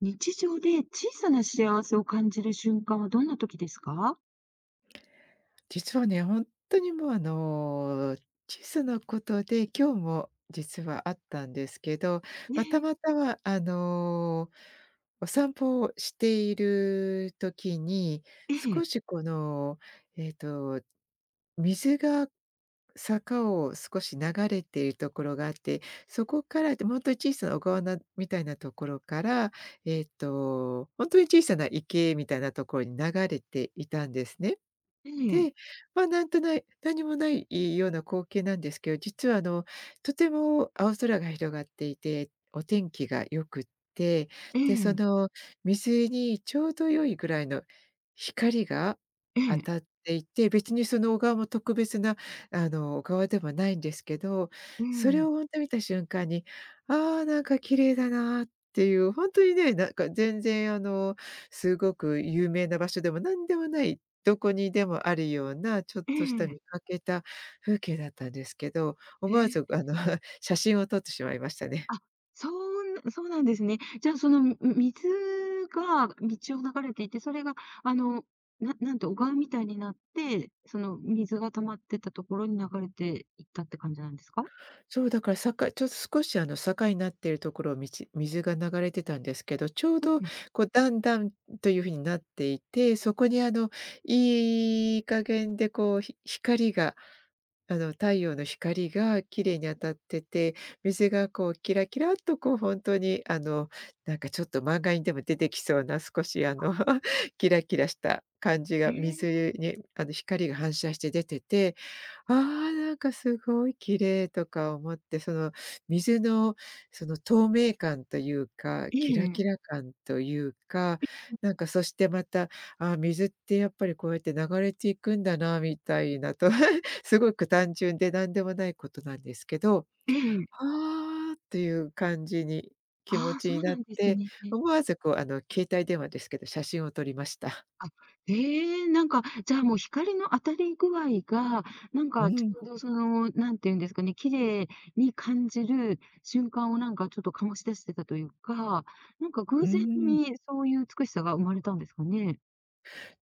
日常で小さな幸せを感じる瞬間はどんな時ですか？実はね、本当にもう、小さなことで、今日も実はあったんですけど、たねまたま、お散歩をしている時に、え、え少え、しこの、えっと、水が坂を少し流れているところがあって、そこからで、ほんとに小さな小川なみたいなところから、ほんとに小さな池みたいなところに流れていたんですね。ええ、で、まあ、なんとない何もないような光景なんですけど、実はとても青空が広がっていて、お天気が良くって、えで、そえ、の水にちょうど良いぐらいの光がえ当え、たっていて、別にその小川も特別な小川ではないんですけど、えそれえ、を本当に見た瞬間に、ああ、なんか綺麗だなっていう、本当にね、なんか全然すごく有名な場所でも何でもないどこにでもあるような、ちょっえとしたえ、見かけた風景だったんですけど、え思わずえ、写真を撮ってしまいましたね。あ、そうなんですね。じゃあ、その、水が道を流れていて、それが、あの、なんて小川みたいになって、その水が溜まってたところに流れていったって感じなんですか？そう、だからちょっと少し坂になっているところを水が流れてたんですけど、ちょううどん、こう段々という風になっていて、そこにいい加減でこうひ光があの、太陽の光が綺麗に当たってて、水がこうキラキラっとこう本当になんかちょっと漫画にでも出てきそうな少しキラキラした感じえが水え、に光が反射して出てて、ああ、なんかすごい綺麗とか思って、その水のその透明感というか、えキラえ、キラ感というか、なんかそしてまた、あー水ってやっぱりこうやって流れていくんだなみたいなと すごく単純でなんでもないことなんですけど、ええ、ああっていう感じに、気持ああ、ちそにうななっんですて、ね。思わずこう携帯電話ですけど、写真を撮りました。あ、ええ、なんか、じゃあもう光の当たり具合が、なんうかちん、ょうどその、なんていうんですかね、綺麗に感じる瞬間をなんかちょっと醸し出してたというか、なんかう偶然ん。にそういう美しさが生まれたんですかね？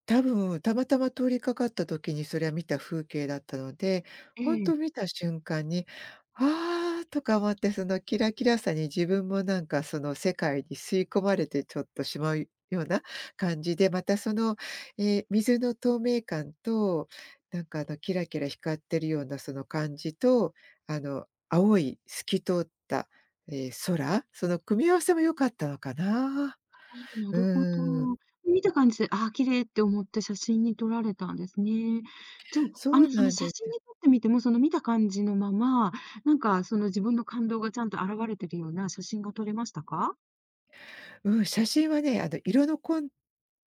多分、たまたま通りかかった時にそれは見た風景だったので、えほんえ。と見た瞬間に「ああ」とか思って、そのキラキラさに自分もなんかその世界に吸い込まれてちょっとしまうような感じで、またその、水の透明感と、なんかキラキラ光ってるようなその感じと、あの青い透き通った、空、その組み合わせも良かったのかな。ええ、なうるほど。ーん、見た感じで、ああ、綺麗って思って写真に撮られたんですね。じゃあ、そあの、うそのなん写で真す。に撮ってみても、その見た感じのまま、なんかその自分の感動がちゃんと表れてるような写真が撮れましたか？うん、写真はね、色のコン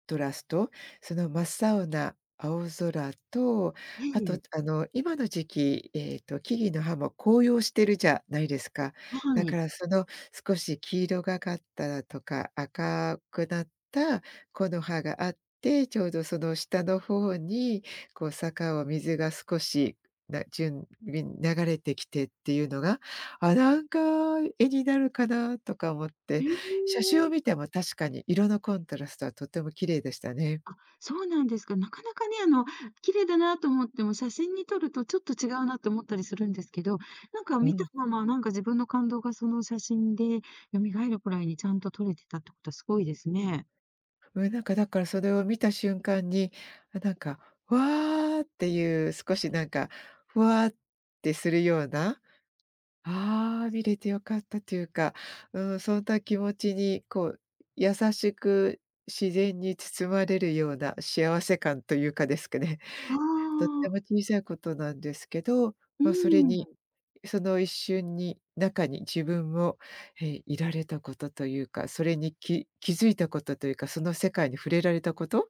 トラスト、その真っ青な青空と、えあと、え、今の時期、木々の葉も紅葉してるじゃないですか。はだかい。らその少し黄色がかったとか、赤くなった木の葉があって、ちょうどその下の方に、こう、坂を水が少し、な順流れてきてっていうのが、あ、なんか絵になるかなとか思ってえ写真をえ。見ても確かに色のコントラストはとても綺麗でしたね。あ、そうなんですか。なかなかね、あの、綺麗だなと思っても、写真に撮るとちょっと違うなって思ったりするんですけど、なんかう見たん。まま、なんか自分の感動がその写真で蘇るくらいにちゃんと撮れてたってことはすごいですね。うん、なんかだからそれを見た瞬間に、あ、なんか、わーっていう少しなんか、ふわってするような、ああ、見れてよかったというか、うん、そんな気持ちにこう、優しく自然に包まれるような幸せ感というかですかね。あとってあ、も小さいことなんですけど、まあ、それに、うその一瞬に中に自分も、いられたことというか、それに気づいたことというか、その世界に触れられたこと、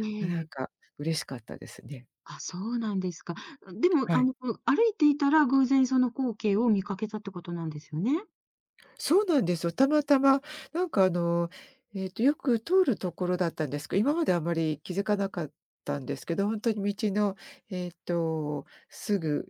ん。えなえ。んか嬉しかったですね。あ、そうなんですか。でも、はあい。の、歩いていたら偶然その光景を見かけたってことなんですよね？そうなんですよ。たまたま、なんかよく通るところだったんですけど、今まであまり気づかなかったんですけど、本当に道の、すぐ、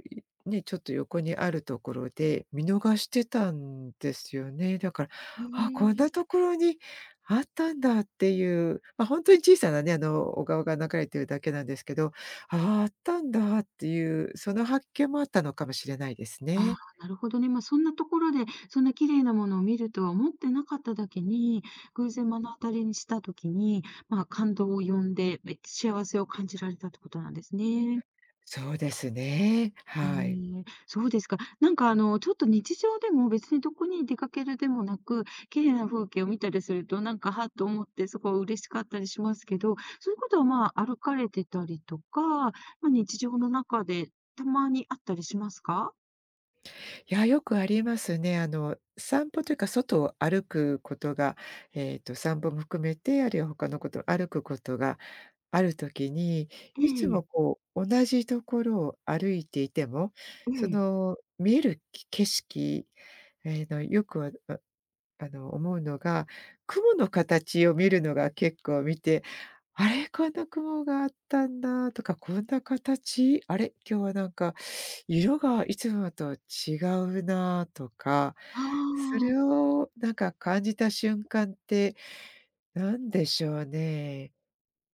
ね、ちょっと横にあるところで、見逃してたんですよね。だから、へあ、こんなえ。ところにあったんだっていう、本当に小さなね、小川が流れてるだけなんですけど、ああ、あったんだっていう、その発見もあったのかもしれないですああ、ね。なるほどね。まあ、そんなところで、そんな綺麗なものを見るとは思ってなかっただけに、偶然目の当たりにした時に、まあ、感動を呼んで、え幸せを感じられたってことなんですね。そうですね、えはい。え、そうですか。なんかあの、ちょっと日常でも別にどこに出かけるでもなく、綺麗な風景を見たりすると、なんか、はっと思って、すごい嬉しかったりしますけど、そういうことは、まあ、歩かれてたりとか、まあ、日常の中でたまにあったりしますか？いや、よくありますね。散歩というか、外を歩くことが、散歩も含めて、あるいは他のこと、歩くことがあるときに、えいつもえ、こう、同じところを歩いていても、えそえ。の、見える景色、ええの、よくは、思うのが、雲の形を見るのが結構見て、あれ、こんな雲があったんだとか、こんな形、あれ、今日はなんか色がいつもと違うなとか、あそあ、れをなんか感じた瞬間って何でしょうね。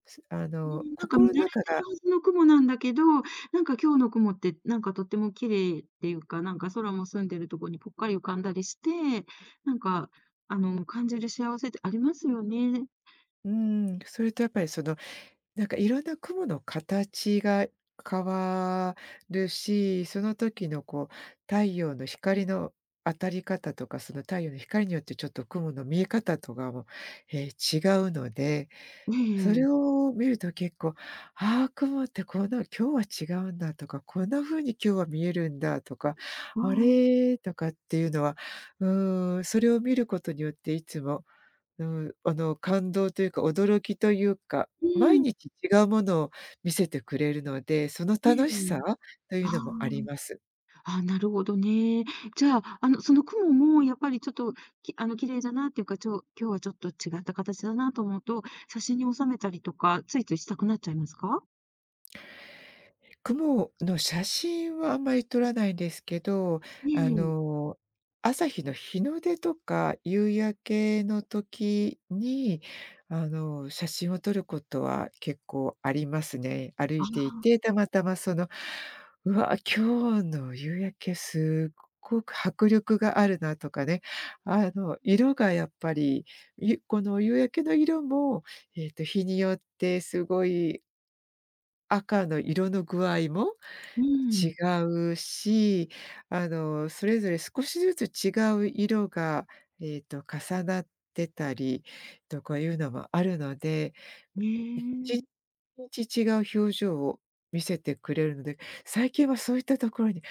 すあうの、ん、なんか見心慣のれてる中が、はずの雲なんだけど、なんか今日の雲って、なんかとっても綺麗っていうか、なんか空も澄んでるとこにぽっかり浮かんだりして、なんか、あの、感じる幸せってありますよね。うん、それとやっぱりそのなんかいろんな雲の形が変わるし、その時のこう、太陽の光の当たり方とか、その太陽の光によってちょっと雲の見え方とかも、違うので、ねそれえ。を見ると結構、ああ、雲ってこんな今日は違うんだとか、こんな風に今日は見えるんだとか、あああ、れーとかっていうのは、うーん、それを見ることによっていつも、うん、感動というか、驚きというか、う毎ん、日違うものを見せてくれるので、そのええ。楽しさといあうのもありあ、ます。あ、なるほどね。じゃあ、あの、その雲もやっぱりちょっと、あの、綺麗だなっていうか、今日はちょっと違った形だなと思うと、写真に収めたりとか、ついついしたくなっちゃいますか？雲の写真はあんまり撮らないんですけど、えあえ。の、朝日の日の出とか夕焼けの時に、写真を撮ることは結構ありますね。歩いていあ、て、たまたまその、「うわ、今日の夕焼けすっごく迫力があるな」とかね、色がやっぱり、この夕焼けの色も、日によってすごい赤の色の具合もう違ん。うし、それぞれ少しずつ違う色が、重なってたりとかいうのもあるので、ねいちえ。日違う表情を見せてくれるので、最近はそういったところに、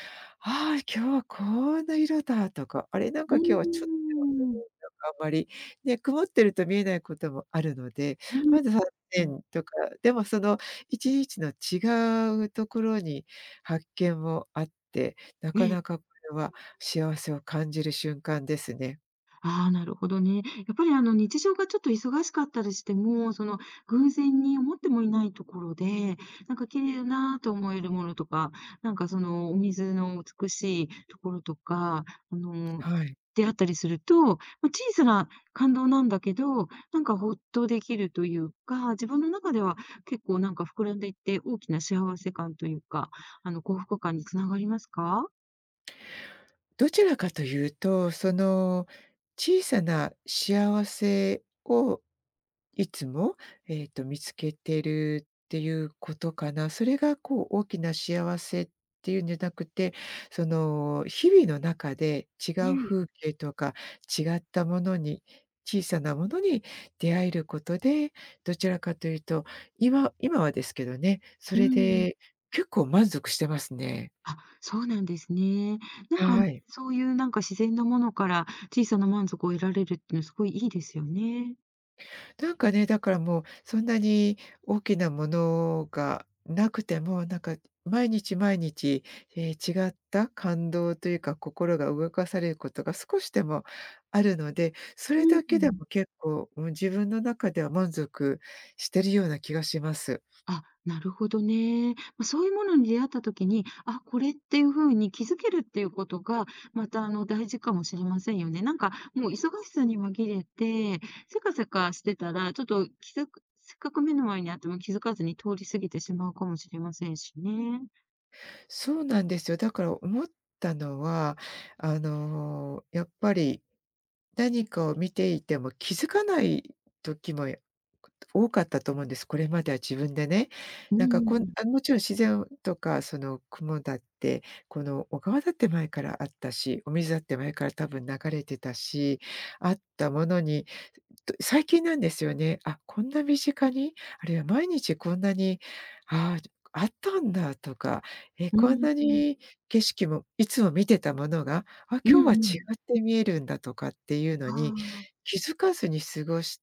「ああ、今日はこんな色だ」とか、「あれ、なんうか今日はちょっと」ーん。あんまり。ね、曇ってると見えないこともあるので、うまず3ーん。点とか、でもその1日の違うところに発見もあって、なかええなかこれは幸せを感じる瞬間ですね。ああ、なるほどね。やっぱりあの日常がちょっと忙しかったりしても、その偶然に思ってもいないところで、なんか綺麗だなと思えるものとか、なんかそのお水の美しいところとか、あの、はい。出会ったりすると、ま、小さな感動なんだけど、なんかほっとできるというか、自分の中では結構なんか膨らんでいって、大きな幸せ感というか、あの幸福感につながりますか？どちらかというと、その小さな幸せをいつも、見つけてるっていうことかな。それがこう大きな幸せっていうんじゃなくて、その、日々の中で違えう風え。景とか、違ったものに、小さなものに出会えることで、どちらかというと、今はですけどね、そうれんで結構満足してますね。あ、そうなんですね。なんか、はい。そういうなんか自然なものから小さな満足を得られるっていうのはすごいいいですよね。なんかね、だからもうそんなに大きなものがなくても、なんか毎日毎日、ええ、違った感動というか、心が動かされることが少しでもあるので、そうれんだうけでん。も結構、うん、自分の中では満足してるような気がします。あ、なるほどね。ま、そういうものに出会った時に、あ、これっていう風に気づけるっていうことが、またあの、大事かもしれませんよね。なんか、もう忙しさに紛れて、せかせかしてたら、ちょっと気づくせっかく目の前にあっても気づかずに通り過ぎてしまうかもしれませんしね。そうなんですよ。だから思ったのは、やっぱり何かを見ていても気づかない時も多かったと思うんです。これまでは自分でね。うなんかこんんあ、もちろん自然とか、その雲だって、この小川だって前からあったし、お水だって前から多分流れてたし、あったものにと、最近なんですよね。あ、こんな身近に、あるいは毎日こんなに、ああったんだとか、うんこんうん。なうんうん。に景色もいつも見てたものが、あ、うん今日うは違ん。って見えるんだとかっていうあのに、あ。気づかずに過ごし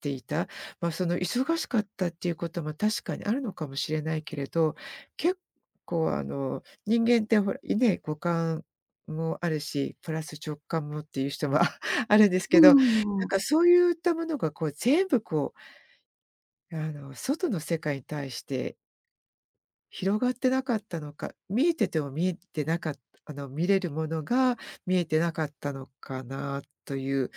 ていた。まあ、その忙しかったっていうことも確かにあるのかもしれないけれど、結構人間ってほら、ね、五感もあるし、プラス直感もっていう人も あるんですけど、なうんんうんうん。かそういったものが全部、外の世界に対して広がってなかったのか、見えてても見えてなかっあの、見れるものが見えてなかったのかなという、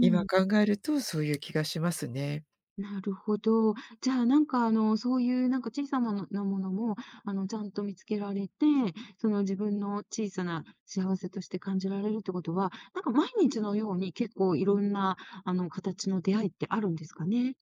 今考えるとそういう気がしますね。なるほど。じゃあ、なんか、あの、そういうなんか小さなものも、あの、ちゃんと見つけられて、その自分の小さな幸せとして感じられるってことは、なんか毎日のように結構いろんな、あの、形の出会いってあるんですかね？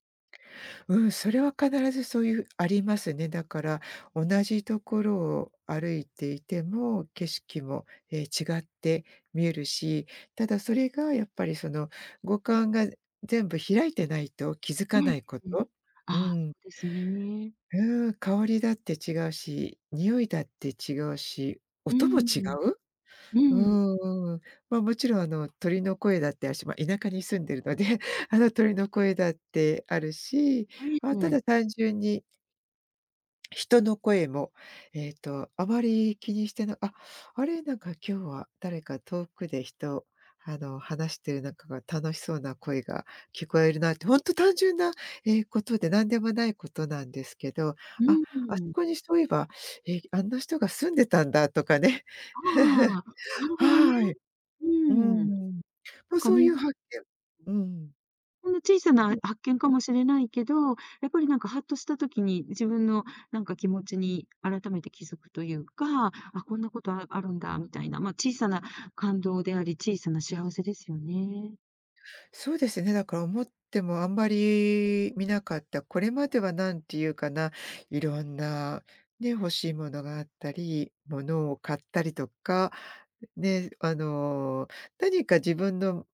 うん、それは必ずそういうありますね。だから、同じところを歩いていても、景色も、違って見えるし、ただそれがやっぱりその、五感が全部開いてないと気づえかないこえええ。と。うああ、そん。うですね。うん、香りだって違うし、匂いだって違うし、う音も違ん。う？うん。うんん。まあ、もちろん、鳥の声だってあるし、まあ、田舎に住んでるので、あの、鳥の声だってあるし、えあ、たえ。だ単純に人の声も、あまり気にしてなあ、あれ、なんか今日は誰か遠くで人、あの、話してる中が楽しそうな声が聞こえるなって、本当単純な、ことで何でもないことなんですけど、うあ、あそん。こにそういえば、あんな人が住んでたんだとかね。あ あ、なるほどね。はい。ううーん。ん。なま、んかそうねいう発見。うん。ほんの小さな発見かもしれないけど、やっぱりなんかハッとした時に自分のなんか気持ちに改めて気づくというか、あ、こんなことあるんだみたいな、まあ、小さな感動であり、小さな幸せですよね。そうですね、だから思ってもあんまり見なかった、これまでは何て言うかな、いろんなね、欲しいものがあったり、物を買ったりとか、ね、何か自分の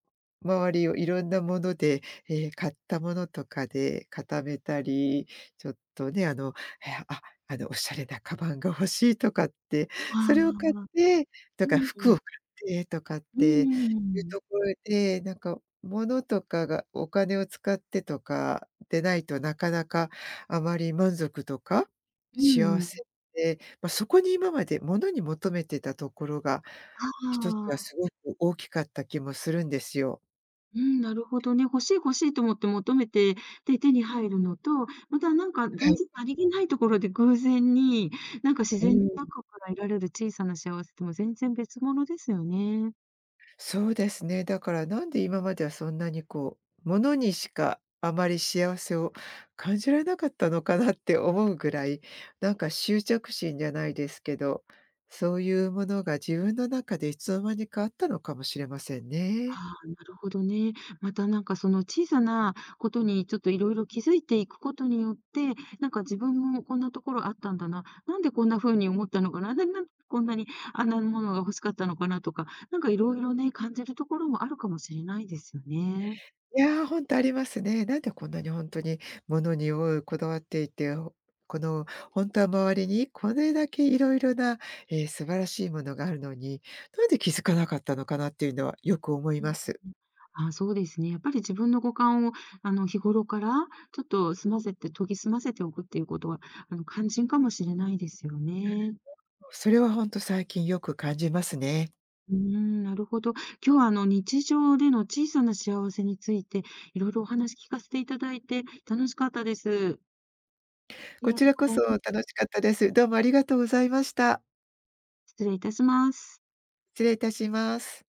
周りをいろんなもので、買ったものとかで固めたり、ちょっとね、あの、え、あ、あの、おしゃれなカバンが欲しいとかって、あそれを買っあ。てとうか服をん。買ってとかっうんうんてうんういうん。ところで、なんか物とかがお金を使ってとかでないとなかなかあまり満足とかうん幸うせん。って、まあ、そこに今まで物に求めてたところが、あ一つはすあ。ごく大きかった気もするんですよ。うん、なるほどね。欲しい欲しいと思って求めて、で、手に入るのと、またなんかは全い。然ありげないところで偶然に、なんか自う然のん。中から得られる小さな幸せとも全然別物ですよね。そうですね。だからなんで今まではそんなにこう、ものにしかあまり幸せを感じられなかったのかなって思うぐらい、なんか執着心じゃないですけど、そういうものが自分の中でいつの間にかあったのかもしれませんね。ああ、なるほどね。またなんかその小さなことにちょっといろいろ気づいていくことによって、なんか自分もこんなところあったんだな、なんでこんな風に思ったのかな、なんでこんなにあんなものが欲しかったのかなとか、なんかいろいろね、感じるところもあるかもしれないですよね。いや、本当ありますね。なんでこんなに本当に物にこだわっていて、ほこの本当は周りにこれだけいろいろな、素晴らしいものがあるのに、なんで気づかなかったのかなっていうのはよく思います。あそうですね。やっぱり自分の五感を、あの、日頃から、ちょっと済ませて研ぎ澄ませておくっていうことは、あの、肝心かもしれないですよね。それは本当最近よく感じますね。うーん、なるほど。今日は、あの、日常での小さな幸せについて、いろいろお話聞かせていただいて楽しかったです。ありこがちとらうこござそいま楽す。しかったです。どうもありがとうございました。失礼いたします。失礼いたします。